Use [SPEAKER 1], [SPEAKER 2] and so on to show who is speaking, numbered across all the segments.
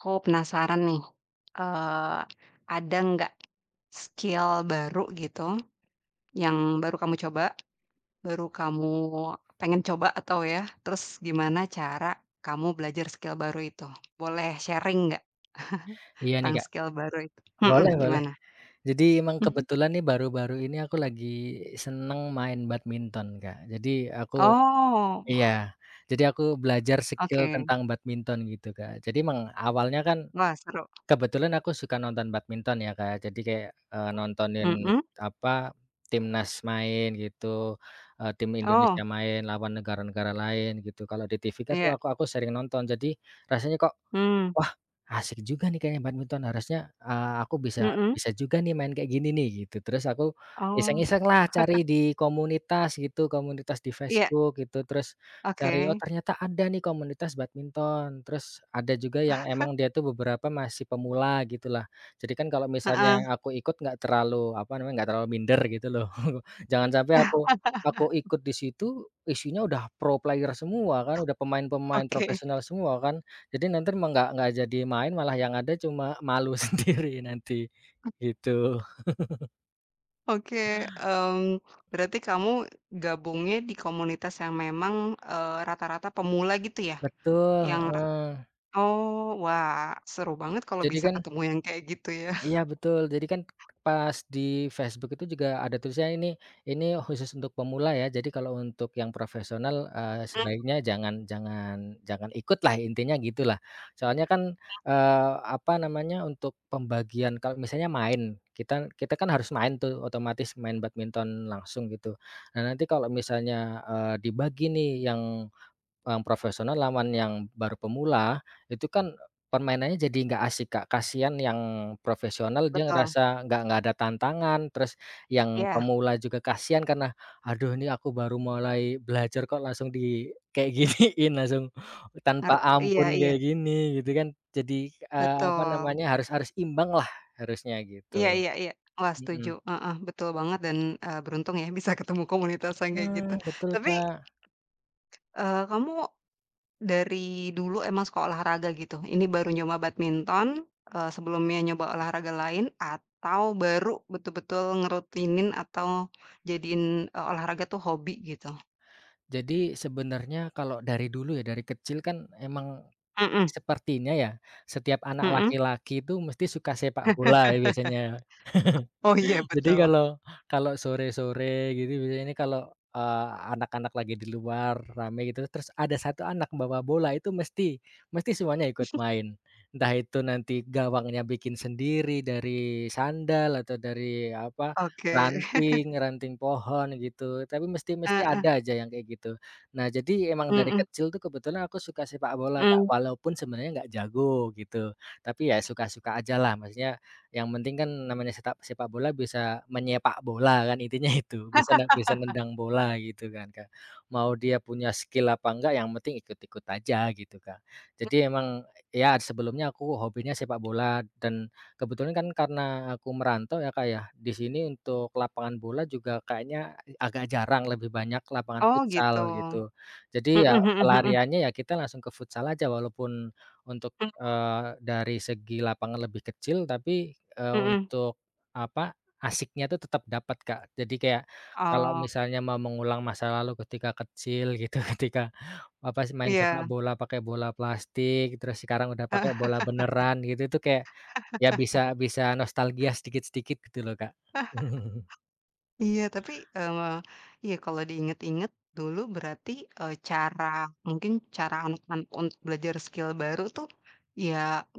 [SPEAKER 1] Aku penasaran nih, eee, ada nggak skill baru gitu yang baru kamu coba, baru kamu pengen coba atau ya, terus gimana cara kamu belajar skill baru itu? Boleh sharing nggak
[SPEAKER 2] Iya nih,
[SPEAKER 1] tentang
[SPEAKER 2] Kak.
[SPEAKER 1] skill baru itu? Mhm,
[SPEAKER 2] Boleh boleh.
[SPEAKER 1] gimana?
[SPEAKER 2] Jadi emang
[SPEAKER 1] Mhm.
[SPEAKER 2] kebetulan nih baru-baru ini aku lagi seneng main badminton, Kak. Jadi aku
[SPEAKER 1] Oh,
[SPEAKER 2] iya, jadi aku belajar skill
[SPEAKER 1] oke.
[SPEAKER 2] tentang badminton gitu, Kak. Jadi emang awalnya kan
[SPEAKER 1] Wah, seru.
[SPEAKER 2] kebetulan aku suka nonton badminton ya, Kak. Jadi kayak, nontonin
[SPEAKER 1] Mhm.
[SPEAKER 2] apa, timnas main gitu, tim
[SPEAKER 1] Oh,
[SPEAKER 2] Indonesia main lawan negara-negara lain gitu. Kalau di TV kan tuh
[SPEAKER 1] iya.
[SPEAKER 2] aku sering nonton. Jadi rasanya kok
[SPEAKER 1] Mmm,
[SPEAKER 2] wah, asik juga nih kayaknya badminton harusnya, aku bisa
[SPEAKER 1] mhm.
[SPEAKER 2] bisa juga nih main kayak gini nih gitu. Terus aku
[SPEAKER 1] Oh,
[SPEAKER 2] iseng-iseng lah cari di komunitas gitu, komunitas di
[SPEAKER 1] iya,
[SPEAKER 2] Facebook gitu, terus cari, oh
[SPEAKER 1] oke.
[SPEAKER 2] ternyata ada nih komunitas badminton, terus ada juga yang emang dia tuh beberapa masih pemula gitu lah. Jadi kan kalau
[SPEAKER 1] Heeh.
[SPEAKER 2] misalnya aku ikut nggak terlalu, apa namanya, nggak terlalu minder gitu loh. Jangan sampai aku aku ikut di situ isinya udah pro player semua kan, udah pemain-pemain
[SPEAKER 1] Oke.
[SPEAKER 2] profesional semua kan. Jadi nanti mah nggak jadi main, malah yang ada cuma malu sendiri nanti, gitu.
[SPEAKER 1] Oke, mmm, berarti kamu gabungnya di komunitas yang memang, rata-rata pemula gitu ya?
[SPEAKER 2] Betul,
[SPEAKER 1] Yang ra
[SPEAKER 2] heeh.
[SPEAKER 1] oh, wah seru banget kalau
[SPEAKER 2] Jadi
[SPEAKER 1] bisa
[SPEAKER 2] kan
[SPEAKER 1] ketemu yang kayak gitu ya.
[SPEAKER 2] Iya betul, jadi kan pas di Facebook itu juga ada tulisannya ini khusus untuk pemula ya, jadi kalau untuk yang profesional,
[SPEAKER 1] Mmm,
[SPEAKER 2] sebaiknya jangan jangan jangan ikut lah intinya gitulah. Soalnya kan, apa namanya, untuk pembagian kalau misalnya main, kita kita kan harus main tuh otomatis main badminton langsung gitu. Nah nanti kalau misalnya, dibagi nih yang profesional lawan yang baru pemula, itu kan permainannya jadi nggak asik, Kak. Kasihan yang profesional dia
[SPEAKER 1] betul,
[SPEAKER 2] ngerasa nggak ada tantangan, terus yang
[SPEAKER 1] iya,
[SPEAKER 2] pemula juga kasihan karena, "Aduh ini aku baru mulai belajar kok langsung di kayak giniin, langsung tanpa
[SPEAKER 1] ngerti iya
[SPEAKER 2] ampun
[SPEAKER 1] iya,
[SPEAKER 2] kayak gini," gitu kan. Jadi, apa
[SPEAKER 1] betul,
[SPEAKER 2] namanya, harus harus imbang lah harusnya
[SPEAKER 1] iya
[SPEAKER 2] gitu,
[SPEAKER 1] iya iya, wah setuju,
[SPEAKER 2] mhm.
[SPEAKER 1] heeh, betul banget dan, beruntung ya bisa ketemu komunitas yang kayak gitu.
[SPEAKER 2] Mmm, betul,
[SPEAKER 1] Tapi,
[SPEAKER 2] Kak.
[SPEAKER 1] kamu dari dulu emang suka olahraga gitu. Ini baru nyoba badminton, sebelumnya nyoba olahraga lain atau baru betul-betul ngerutinin atau jadiin, olahraga tuh hobi gitu.
[SPEAKER 2] Jadi sebenarnya kalau dari dulu ya, dari kecil kan emang
[SPEAKER 1] Mhm
[SPEAKER 2] sepertinya ya, setiap anak
[SPEAKER 1] mhm.
[SPEAKER 2] laki-laki itu mesti suka sepak bola ya biasanya.
[SPEAKER 1] Oh iya
[SPEAKER 2] Jadi
[SPEAKER 1] betul.
[SPEAKER 2] kalau kalau sore-sore gitu biasanya ini kalau, eee, anak-anak lagi di luar rame gitu terus ada satu anak bawa bola itu mesti mesti semuanya ikut main. Entah itu nanti gawangnya bikin sendiri dari sandal atau dari apa,
[SPEAKER 1] Oke.
[SPEAKER 2] ranting ranting pohon gitu tapi mesti mesti
[SPEAKER 1] Heeh.
[SPEAKER 2] ada aja yang kayak gitu. Nah jadi emang dari
[SPEAKER 1] Mhm
[SPEAKER 2] kecil tuh kebetulan aku suka sepak bola, Kak,
[SPEAKER 1] mhm.
[SPEAKER 2] walaupun sebenarnya nggak jago gitu tapi ya suka-suka ajalah maksudnya yang penting kan namanya sepak sepak bola bisa menyepak bola kan intinya itu, bisa bisa nendang bola gitu kan, Kak. Mau dia punya skill apa enggak yang penting ikut-ikut aja gitu, Kak. Jadi emang ya sebelumnya aku hobinya sepak bola dan kebetulan kan karena aku merantau ya, Kak, ya, di sini untuk lapangan bola juga kayaknya agak jarang, lebih banyak lapangan
[SPEAKER 1] Oh gitu.
[SPEAKER 2] futsal gitu. Jadi ya
[SPEAKER 1] Mhm mhm mhm.
[SPEAKER 2] pelariannya ya kita langsung ke futsal aja walaupun untuk
[SPEAKER 1] Mhm
[SPEAKER 2] Dari segi lapangan lebih kecil tapi,
[SPEAKER 1] mhm.
[SPEAKER 2] untuk apa, asyiknya tuh tetap dapat, Kak. Jadi kayak kalau
[SPEAKER 1] Oh,
[SPEAKER 2] misalnya mau mengulang masa lalu ketika kecil gitu, ketika apa sih, main sepak
[SPEAKER 1] iya.
[SPEAKER 2] bola pakai bola plastik, terus sekarang udah pakai bola beneran gitu, itu kayak ya bisa bisa nostalgia sedikit-sedikit gitu loh, Kak.
[SPEAKER 1] Iya, tapi, iya kalau diinget-inget dulu berarti, cara mungkin cara anak-anak untuk belajar skill baru tuh, ya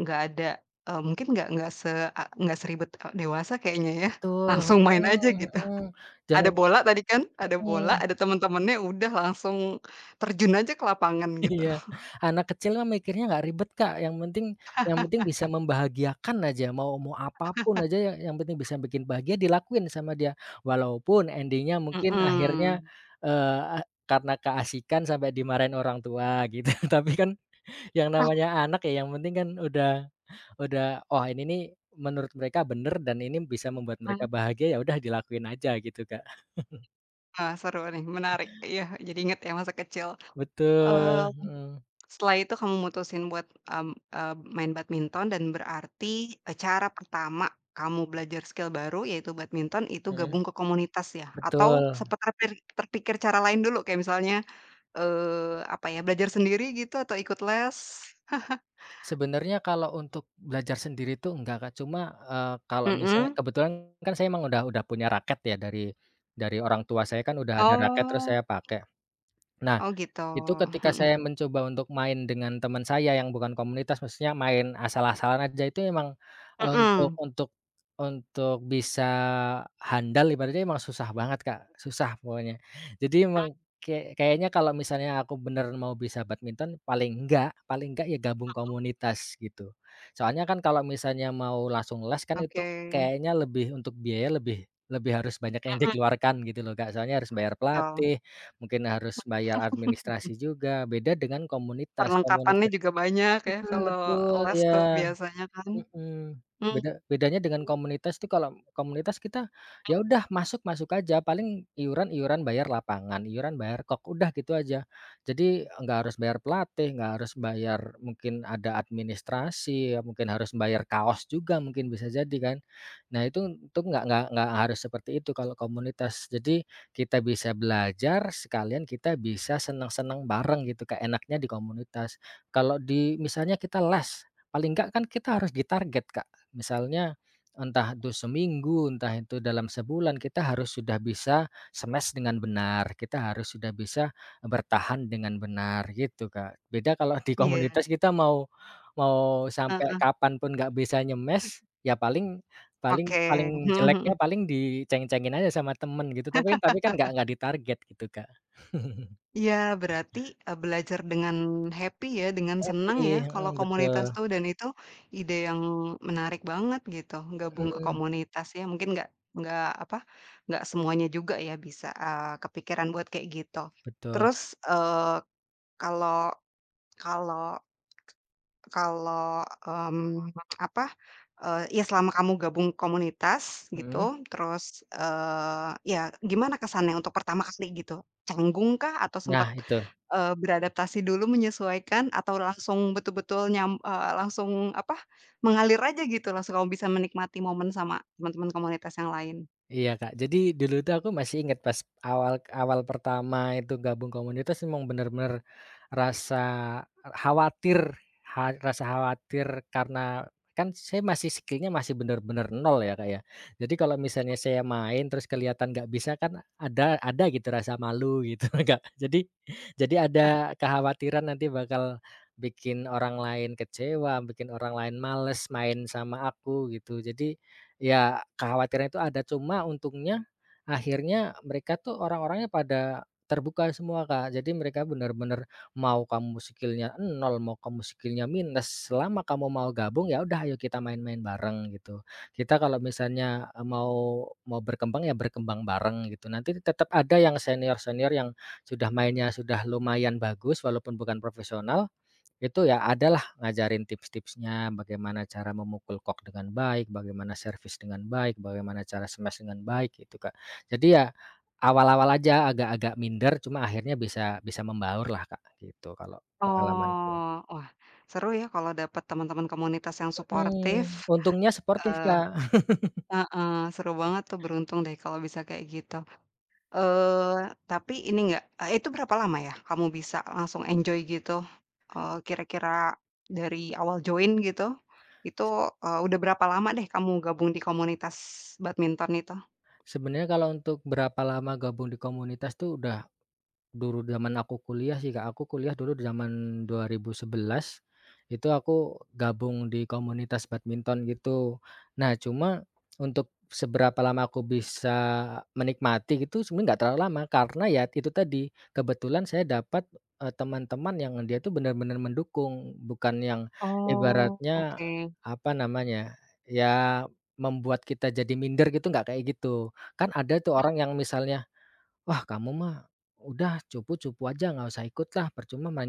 [SPEAKER 1] nggak ada, mungkin nggak se a nggak seribet, dewasa kayaknya ya,
[SPEAKER 2] Betul,
[SPEAKER 1] langsung main aja
[SPEAKER 2] heeh
[SPEAKER 1] gitu.
[SPEAKER 2] heeh,
[SPEAKER 1] Ada
[SPEAKER 2] zaman
[SPEAKER 1] bola tadi kan, ada bola,
[SPEAKER 2] mhm.
[SPEAKER 1] ada teman-temannya udah langsung terjun aja ke lapangan gitu.
[SPEAKER 2] Iya, anak kecil mah mikirnya nggak ribet, Kak, yang penting bisa membahagiakan aja, mau mau apapun aja yang penting bisa bikin bahagia dilakuin sama dia. Walaupun ending-nya mungkin akhirnya,
[SPEAKER 1] Mhm.
[SPEAKER 2] eee, a karena keasikan sampai dimarahin orang tua gitu, tapi kan yang
[SPEAKER 1] Ah
[SPEAKER 2] namanya anak ya yang penting kan udah, "Oh ini nih menurut mereka bener dan ini bisa membuat mereka
[SPEAKER 1] hah.
[SPEAKER 2] bahagia, ya udah dilakuin aja," gitu, Kak.
[SPEAKER 1] Wah seru nih, menarik. Iya, jadi inget ya masa kecil.
[SPEAKER 2] Betul, mhm,
[SPEAKER 1] Setelah itu kamu mutusin buat, main badminton dan berarti, cara pertama kamu belajar skill baru yaitu badminton itu
[SPEAKER 2] mhm,
[SPEAKER 1] gabung ke komunitas ya? Atau
[SPEAKER 2] betul.
[SPEAKER 1] sempat terpikir cara lain dulu kayak misalnya, apa ya, belajar sendiri gitu atau ikut les?
[SPEAKER 2] Sebenarnya kalau untuk belajar sendiri tuh enggak, Kak, cuma, kalau misalnya
[SPEAKER 1] Mhm.
[SPEAKER 2] kebetulan kan saya emang udah punya raket ya dari orang tua saya kan udah ada raket terus
[SPEAKER 1] Oh.
[SPEAKER 2] saya pakai. Nah,
[SPEAKER 1] Oh gitu.
[SPEAKER 2] itu ketika
[SPEAKER 1] Mhm.
[SPEAKER 2] saya mencoba untuk main dengan teman saya yang bukan komunitas, maksudnya main asal-asalan aja itu emang untuk
[SPEAKER 1] Mhm.
[SPEAKER 2] untuk untuk bisa handal ibaratnya emang susah banget, Kak, susah pokoknya. Jadi emang kayak kayaknya kalau misalnya aku beneran mau bisa badminton paling enggak ya gabung komunitas gitu. Soalnya kan kalau misalnya mau langsung les kan itu
[SPEAKER 1] Oke.
[SPEAKER 2] kayaknya lebih untuk biaya lebih lebih harus banyak yang
[SPEAKER 1] Mhm,
[SPEAKER 2] dikeluarkan gitu loh, Kak. Soalnya harus bayar
[SPEAKER 1] betul.
[SPEAKER 2] pelatih, mungkin harus bayar administrasi juga, beda dengan komunitas.
[SPEAKER 1] Perlengkapannya
[SPEAKER 2] Komunitas
[SPEAKER 1] juga banyak ya
[SPEAKER 2] mhm,
[SPEAKER 1] kalau
[SPEAKER 2] betul,
[SPEAKER 1] les tuh
[SPEAKER 2] iya.
[SPEAKER 1] biasanya kan.
[SPEAKER 2] Mhm,
[SPEAKER 1] Mmm,
[SPEAKER 2] bedanya dengan komunitas tuh kalau komunitas kita, ya udah masuk masuk aja paling iuran-iuran bayar lapangan, iuran bayar kok, udah gitu aja. Jadi nggak harus bayar pelatih, nggak harus bayar mungkin ada administrasi, ya mungkin harus bayar kaos juga mungkin bisa jadi kan. Nah itu nggak harus seperti itu kalau komunitas. Jadi kita bisa belajar sekalian kita bisa senang-senang bareng gitu, keenaknya di komunitas. Kalau di misalnya kita les paling nggak kan kita harus ditarget, Kak. Misalnya entah itu seminggu, entah itu dalam sebulan, kita harus sudah bisa smash dengan benar, kita harus sudah bisa bertahan dengan benar, gitu, Kak. Beda kalau di
[SPEAKER 1] iya.
[SPEAKER 2] komunitas kita mau mau sampai
[SPEAKER 1] Heeh.
[SPEAKER 2] kapan pun nggak bisa nyemes, ya paling paling paling
[SPEAKER 1] Oke.
[SPEAKER 2] jeleknya paling diceng-cengin aja sama temen gitu, tapi kan nggak ditarget gitu, Kak.
[SPEAKER 1] Iya, berarti, belajar dengan happy ya, dengan senang
[SPEAKER 2] Happy,
[SPEAKER 1] ya,
[SPEAKER 2] mhm,
[SPEAKER 1] kalau
[SPEAKER 2] betul,
[SPEAKER 1] komunitas tuh dan itu ide yang menarik banget gitu, gabung ke
[SPEAKER 2] mhm,
[SPEAKER 1] komunitas ya, mungkin nggak apa, nggak semuanya juga ya bisa, kepikiran buat kayak gitu.
[SPEAKER 2] betul,
[SPEAKER 1] Terus, eee, kalau kalau kalau, apa, ya selama kamu gabung komunitas
[SPEAKER 2] mhm,
[SPEAKER 1] gitu, terus, ya gimana kesannya untuk pertama kali gitu? Canggung kah atau sempet,
[SPEAKER 2] nah itu.
[SPEAKER 1] beradaptasi dulu menyesuaikan atau langsung betul-betul langsung apa, mengalir aja gitu, langsung kamu bisa menikmati momen sama teman-teman komunitas yang lain?
[SPEAKER 2] Iya, Kak. Jadi dulu tuh aku masih ingat pas awal awal pertama itu gabung komunitas memang benar-benar rasa khawatir ha rasa khawatir karena kan saya masih skillnya masih benar-benar nol ya, Kak, ya. Jadi kalau misalnya saya main terus kelihatan nggak bisa kan ada gitu rasa malu gitu, Kak. Jadi ada kekhawatiran nanti bakal bikin orang lain kecewa, bikin orang lain males main sama aku gitu. Jadi ya, kekhawatiran itu ada, cuma untungnya akhirnya mereka tuh orang-orangnya pada terbuka semua, Kak. Jadi mereka benar-benar mau kamu skillnya nol, mau kamu skillnya minus, selama kamu mau gabung, ya udah ayo kita main-main bareng gitu. Kita kalau misalnya, mau mau berkembang, ya berkembang bareng gitu. Nanti tetap ada yang senior-senior yang sudah mainnya sudah lumayan bagus walaupun bukan profesional itu ya adalah ngajarin tips-tipsnya, bagaimana cara memukul kok dengan baik, bagaimana servis dengan baik, bagaimana cara smash dengan baik gitu, Kak. Jadi ya awal-awal aja agak-agak minder cuma akhirnya bisa bisa membaur lah Kak, gitu kalau pengalamanku.
[SPEAKER 1] Oh, wah seru ya kalau dapat teman-teman komunitas yang
[SPEAKER 2] Mhm,
[SPEAKER 1] suportif,
[SPEAKER 2] untungnya sportif,
[SPEAKER 1] eee
[SPEAKER 2] Kak.
[SPEAKER 1] heeh, seru banget tuh beruntung deh kalau bisa kayak gitu. Tapi ini enggak. Itu berapa lama ya kamu bisa langsung enjoy gitu? Kira-kira dari awal join gitu, itu, udah berapa lama deh kamu gabung di komunitas badminton itu?
[SPEAKER 2] Sebenarnya kalau untuk berapa lama gabung di komunitas tuh udah dulu zaman aku kuliah sih, Kak, aku kuliah dulu di zaman 2011, itu aku gabung di komunitas badminton gitu. Nah, cuma untuk seberapa lama aku bisa menikmati gitu sebenarnya nggak terlalu lama, karena ya itu tadi, kebetulan saya dapat, teman-teman yang dia tuh benar-benar mendukung, bukan yang
[SPEAKER 1] Oh,
[SPEAKER 2] ibaratnya,
[SPEAKER 1] oke.
[SPEAKER 2] apa namanya, ya membuat kita jadi minder gitu, nggak kayak gitu. Kan ada tuh orang yang misalnya wah kamu mah, udah cupu-cupu aja nggak usah ikut lah percuma mah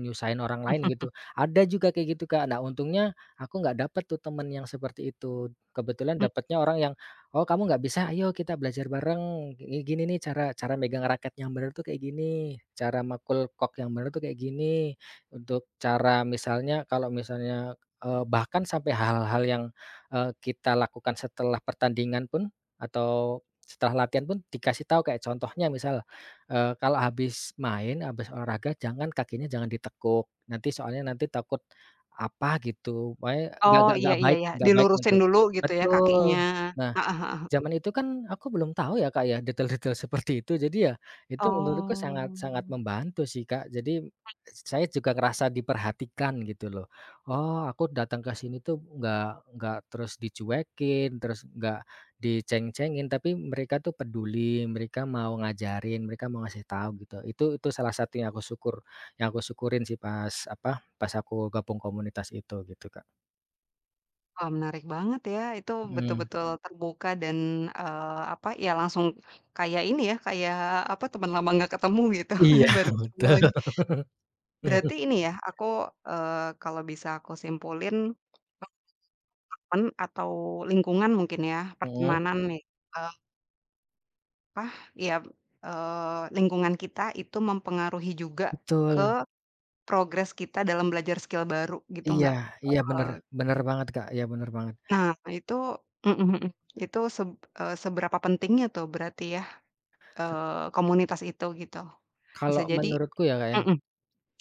[SPEAKER 2] orang lain gitu. Ada juga kayak gitu, Kak, nah untungnya aku nggak dapet tuh temen yang seperti itu. Kebetulan
[SPEAKER 1] Mmm,
[SPEAKER 2] dapatnya orang yang, "Oh kamu nggak bisa ayo kita belajar bareng, gini nih cara cara megang raket yang bener tuh kayak gini, cara makul kok yang bener tuh kayak gini." Untuk cara misalnya kalau misalnya, bahkan sampai hal-hal yang, kita lakukan setelah pertandingan pun atau setelah latihan pun dikasih tahu kayak contohnya misal, kalau habis main, habis olahraga jangan kakinya jangan ditekuk, nanti soalnya nanti takut apa gitu, pokoknya nggak
[SPEAKER 1] oh,
[SPEAKER 2] nggak
[SPEAKER 1] iya
[SPEAKER 2] nggak
[SPEAKER 1] iya
[SPEAKER 2] baik
[SPEAKER 1] iya, dilurusin
[SPEAKER 2] untuk
[SPEAKER 1] dulu gitu ya
[SPEAKER 2] betul.
[SPEAKER 1] kakinya.
[SPEAKER 2] Nah
[SPEAKER 1] Heeh heeh heeh.
[SPEAKER 2] zaman itu kan aku belum tahu ya, Kak, ya, detail-detail seperti itu. Jadi ya, itu menurutku sangat
[SPEAKER 1] Oh.
[SPEAKER 2] sangat membantu sih, Kak. Jadi, saya juga ngerasa diperhatikan gitu loh. Oh, aku datang ke sini tuh nggak terus dicuekin, terus nggak diceng-cengin, tapi mereka tuh peduli, mereka mau ngajarin, mereka mau ngasih tahu gitu. Itu salah satu yang aku syukur yang aku syukurin sih pas apa, pas aku gabung komunitas itu gitu, Kak.
[SPEAKER 1] Wah, menarik banget ya. Itu
[SPEAKER 2] Mhm.
[SPEAKER 1] betul-betul, Mhm, terbuka dan, apa ya, langsung kayak ini ya, kayak apa, teman lama nggak ketemu gitu,
[SPEAKER 2] Iya,
[SPEAKER 1] baru ketemu
[SPEAKER 2] betul.
[SPEAKER 1] lagi. Berarti ini ya, aku, eee, kalau bisa aku simpulin, teman atau lingkungan mungkin ya,
[SPEAKER 2] Mhm.
[SPEAKER 1] pertemanan, Mhm, nih, eee, apa, ya, lingkungan kita itu mempengaruhi juga
[SPEAKER 2] Betul,
[SPEAKER 1] ke progres kita dalam belajar skill baru gitu
[SPEAKER 2] iya
[SPEAKER 1] nggak?
[SPEAKER 2] iya, bener
[SPEAKER 1] Eee,
[SPEAKER 2] bener banget, Kak, iya bener banget.
[SPEAKER 1] nah itu mhm mhm. Itu seberapa pentingnya tuh berarti ya?
[SPEAKER 2] Ke
[SPEAKER 1] Komunitas itu gitu. Bisa
[SPEAKER 2] Kalau
[SPEAKER 1] jadi
[SPEAKER 2] menurutku ya, Kak, ya,
[SPEAKER 1] mhm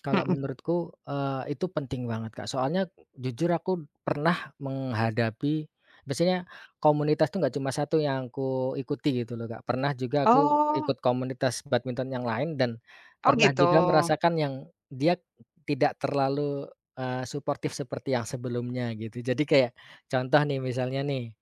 [SPEAKER 2] kalau
[SPEAKER 1] mhm.
[SPEAKER 2] menurutku, itu penting banget, Kak. Soalnya jujur aku pernah menghadapi biasanya komunitas tuh nggak cuma satu yang aku ikuti gitu loh, Kak. Pernah juga aku
[SPEAKER 1] Oh
[SPEAKER 2] ikut komunitas badminton yang lain dan
[SPEAKER 1] oh
[SPEAKER 2] pernah
[SPEAKER 1] gitu.
[SPEAKER 2] juga merasakan yang dia tidak terlalu, suportif seperti yang sebelumnya gitu. Jadi kayak contoh nih misalnya nih,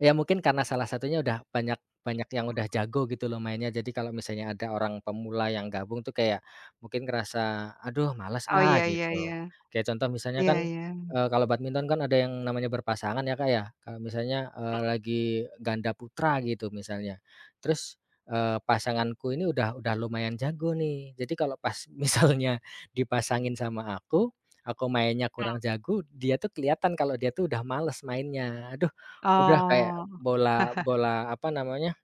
[SPEAKER 2] ya mungkin karena salah satunya udah banyak banyak yang udah jago gitu loh mainnya. Jadi kalau misalnya ada orang pemula yang gabung tuh kayak mungkin ngerasa, "Aduh males
[SPEAKER 1] Oh
[SPEAKER 2] ah,"
[SPEAKER 1] iya iya
[SPEAKER 2] gitu.
[SPEAKER 1] iya.
[SPEAKER 2] Kayak contoh misalnya
[SPEAKER 1] Iya
[SPEAKER 2] kan,
[SPEAKER 1] iya.
[SPEAKER 2] kalau badminton kan ada yang namanya berpasangan ya, Kak, ya. Kalau misalnya, lagi ganda putra gitu misalnya. Terus, pasanganku ini udah lumayan jago nih. Jadi kalau pas misalnya dipasangin sama aku mainnya kurang jago, dia tuh kelihatan kalau dia tuh udah males mainnya. Aduh, udah kayak
[SPEAKER 1] Oh.
[SPEAKER 2] bola bola apa namanya,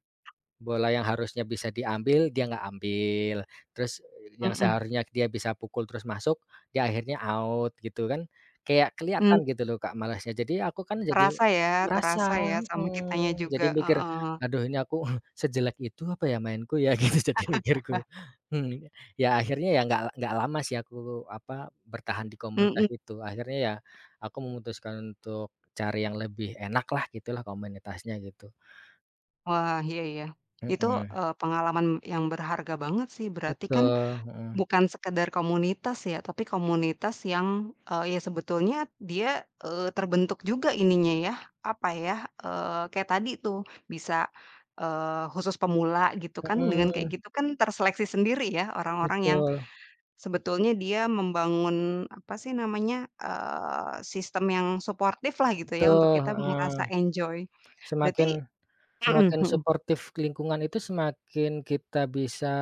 [SPEAKER 2] bola yang harusnya bisa diambil, dia nggak ambil. Terus yang
[SPEAKER 1] Mhm.
[SPEAKER 2] seharusnya dia bisa pukul terus masuk, dia akhirnya out gitu kan. Kayak
[SPEAKER 1] Mmm,
[SPEAKER 2] kelihatan gitu loh, Kak, malasnya. Jadi aku kan jadi
[SPEAKER 1] terasa ya terasa
[SPEAKER 2] merasa
[SPEAKER 1] ya sama kitanya
[SPEAKER 2] mhm,
[SPEAKER 1] juga,
[SPEAKER 2] jadi mikir,
[SPEAKER 1] heeh.
[SPEAKER 2] "Aduh ini aku sejelek itu apa ya mainku ya?" Gitu jadi mikirku. Mhm, ya akhirnya ya nggak lama sih aku apa, bertahan di komunitas
[SPEAKER 1] Mhm.
[SPEAKER 2] itu. Akhirnya ya aku memutuskan untuk cari yang lebih enaklah gitulah komunitasnya gitu.
[SPEAKER 1] Wah, iya iya. Itu,
[SPEAKER 2] Mhm.
[SPEAKER 1] pengalaman yang berharga banget sih berarti kan
[SPEAKER 2] Betul, mhm,
[SPEAKER 1] Bukan sekedar komunitas ya, tapi komunitas yang, ya sebetulnya dia, terbentuk juga ininya ya, apa ya, kayak tadi tuh bisa, khusus pemula gitu kan, dengan kayak
[SPEAKER 2] mhm,
[SPEAKER 1] gitu kan terseleksi sendiri ya orang-orang yang
[SPEAKER 2] betul
[SPEAKER 1] sebetulnya dia membangun apa sih namanya, sistem yang suportif lah gitu ya untuk
[SPEAKER 2] betul,
[SPEAKER 1] kita
[SPEAKER 2] heeh,
[SPEAKER 1] merasa enjoy. Berarti
[SPEAKER 2] semakin
[SPEAKER 1] mhm
[SPEAKER 2] semakin
[SPEAKER 1] mhm,
[SPEAKER 2] suportif lingkungan itu semakin kita bisa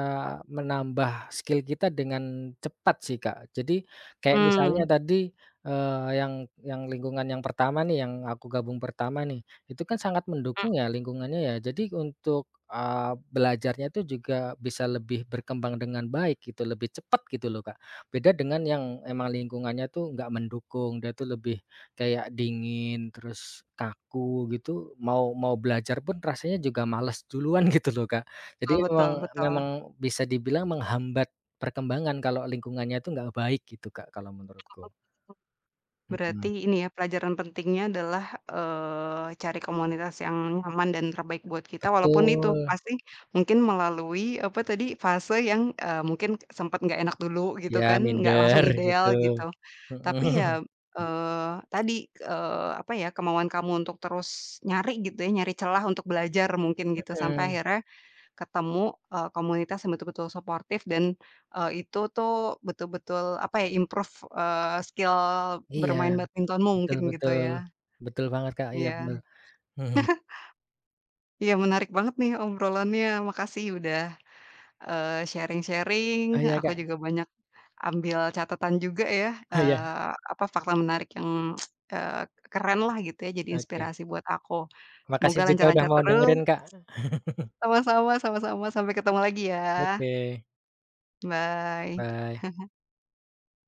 [SPEAKER 2] menambah skill kita dengan cepat sih, Kak. Jadi kayak misalnya
[SPEAKER 1] mmm,
[SPEAKER 2] tadi, yang lingkungan yang pertama nih, yang aku gabung pertama nih, itu kan sangat
[SPEAKER 1] mhm,
[SPEAKER 2] mendukung ya lingkungannya ya. Jadi untuk, belajarnya itu juga bisa lebih berkembang dengan baik gitu, lebih cepat gitu loh, Kak. Beda dengan yang emang lingkungannya tuh nggak mendukung, dia tuh lebih kayak dingin, terus kaku gitu, mau mau belajar pun rasanya juga males duluan gitu loh, Kak. Jadi
[SPEAKER 1] betul
[SPEAKER 2] memang
[SPEAKER 1] betul betul.
[SPEAKER 2] memang bisa dibilang menghambat perkembangan kalau lingkungannya itu nggak baik gitu, Kak, kalau menurutku.
[SPEAKER 1] Berarti
[SPEAKER 2] Mhm,
[SPEAKER 1] ini ya, pelajaran pentingnya adalah, cari komunitas yang nyaman dan terbaik buat kita, walaupun itu
[SPEAKER 2] betul,
[SPEAKER 1] pasti mungkin melalui, apa tadi, fase yang, mungkin sempat nggak enak dulu gitu
[SPEAKER 2] ya
[SPEAKER 1] kan, nggak langsung
[SPEAKER 2] minder
[SPEAKER 1] ideal
[SPEAKER 2] gitu.
[SPEAKER 1] gitu. Tapi ya,
[SPEAKER 2] Mhm,
[SPEAKER 1] tadi, apa ya, kemauan kamu untuk terus nyari gitu ya, nyari celah untuk belajar mungkin gitu, sampai
[SPEAKER 2] mhm,
[SPEAKER 1] akhirnya, ketemu, komunitas yang betul-betul suportif dan, itu tuh betul-betul apa ya, improve, skill
[SPEAKER 2] iya,
[SPEAKER 1] bermain badmintonmu
[SPEAKER 2] betul
[SPEAKER 1] mungkin gitu
[SPEAKER 2] betul.
[SPEAKER 1] ya.
[SPEAKER 2] Betul banget, Kak, iya
[SPEAKER 1] Iya.
[SPEAKER 2] benar. Mhm,
[SPEAKER 1] Iya menarik banget nih obrolannya, makasih udah, sharing-sharing,
[SPEAKER 2] oh iya,
[SPEAKER 1] aku
[SPEAKER 2] Kak,
[SPEAKER 1] juga banyak ambil catatan juga ya,
[SPEAKER 2] oh iya,
[SPEAKER 1] apa, fakta menarik yang, eh, keren lah gitu ya, jadi
[SPEAKER 2] oke.
[SPEAKER 1] inspirasi buat aku. Semoga
[SPEAKER 2] Makasih juga udah
[SPEAKER 1] lancar-lancar
[SPEAKER 2] mau
[SPEAKER 1] terus
[SPEAKER 2] dengerin, Kak.
[SPEAKER 1] sama-sama, sampai ketemu lagi ya.
[SPEAKER 2] Oke,
[SPEAKER 1] Bye.
[SPEAKER 2] bye.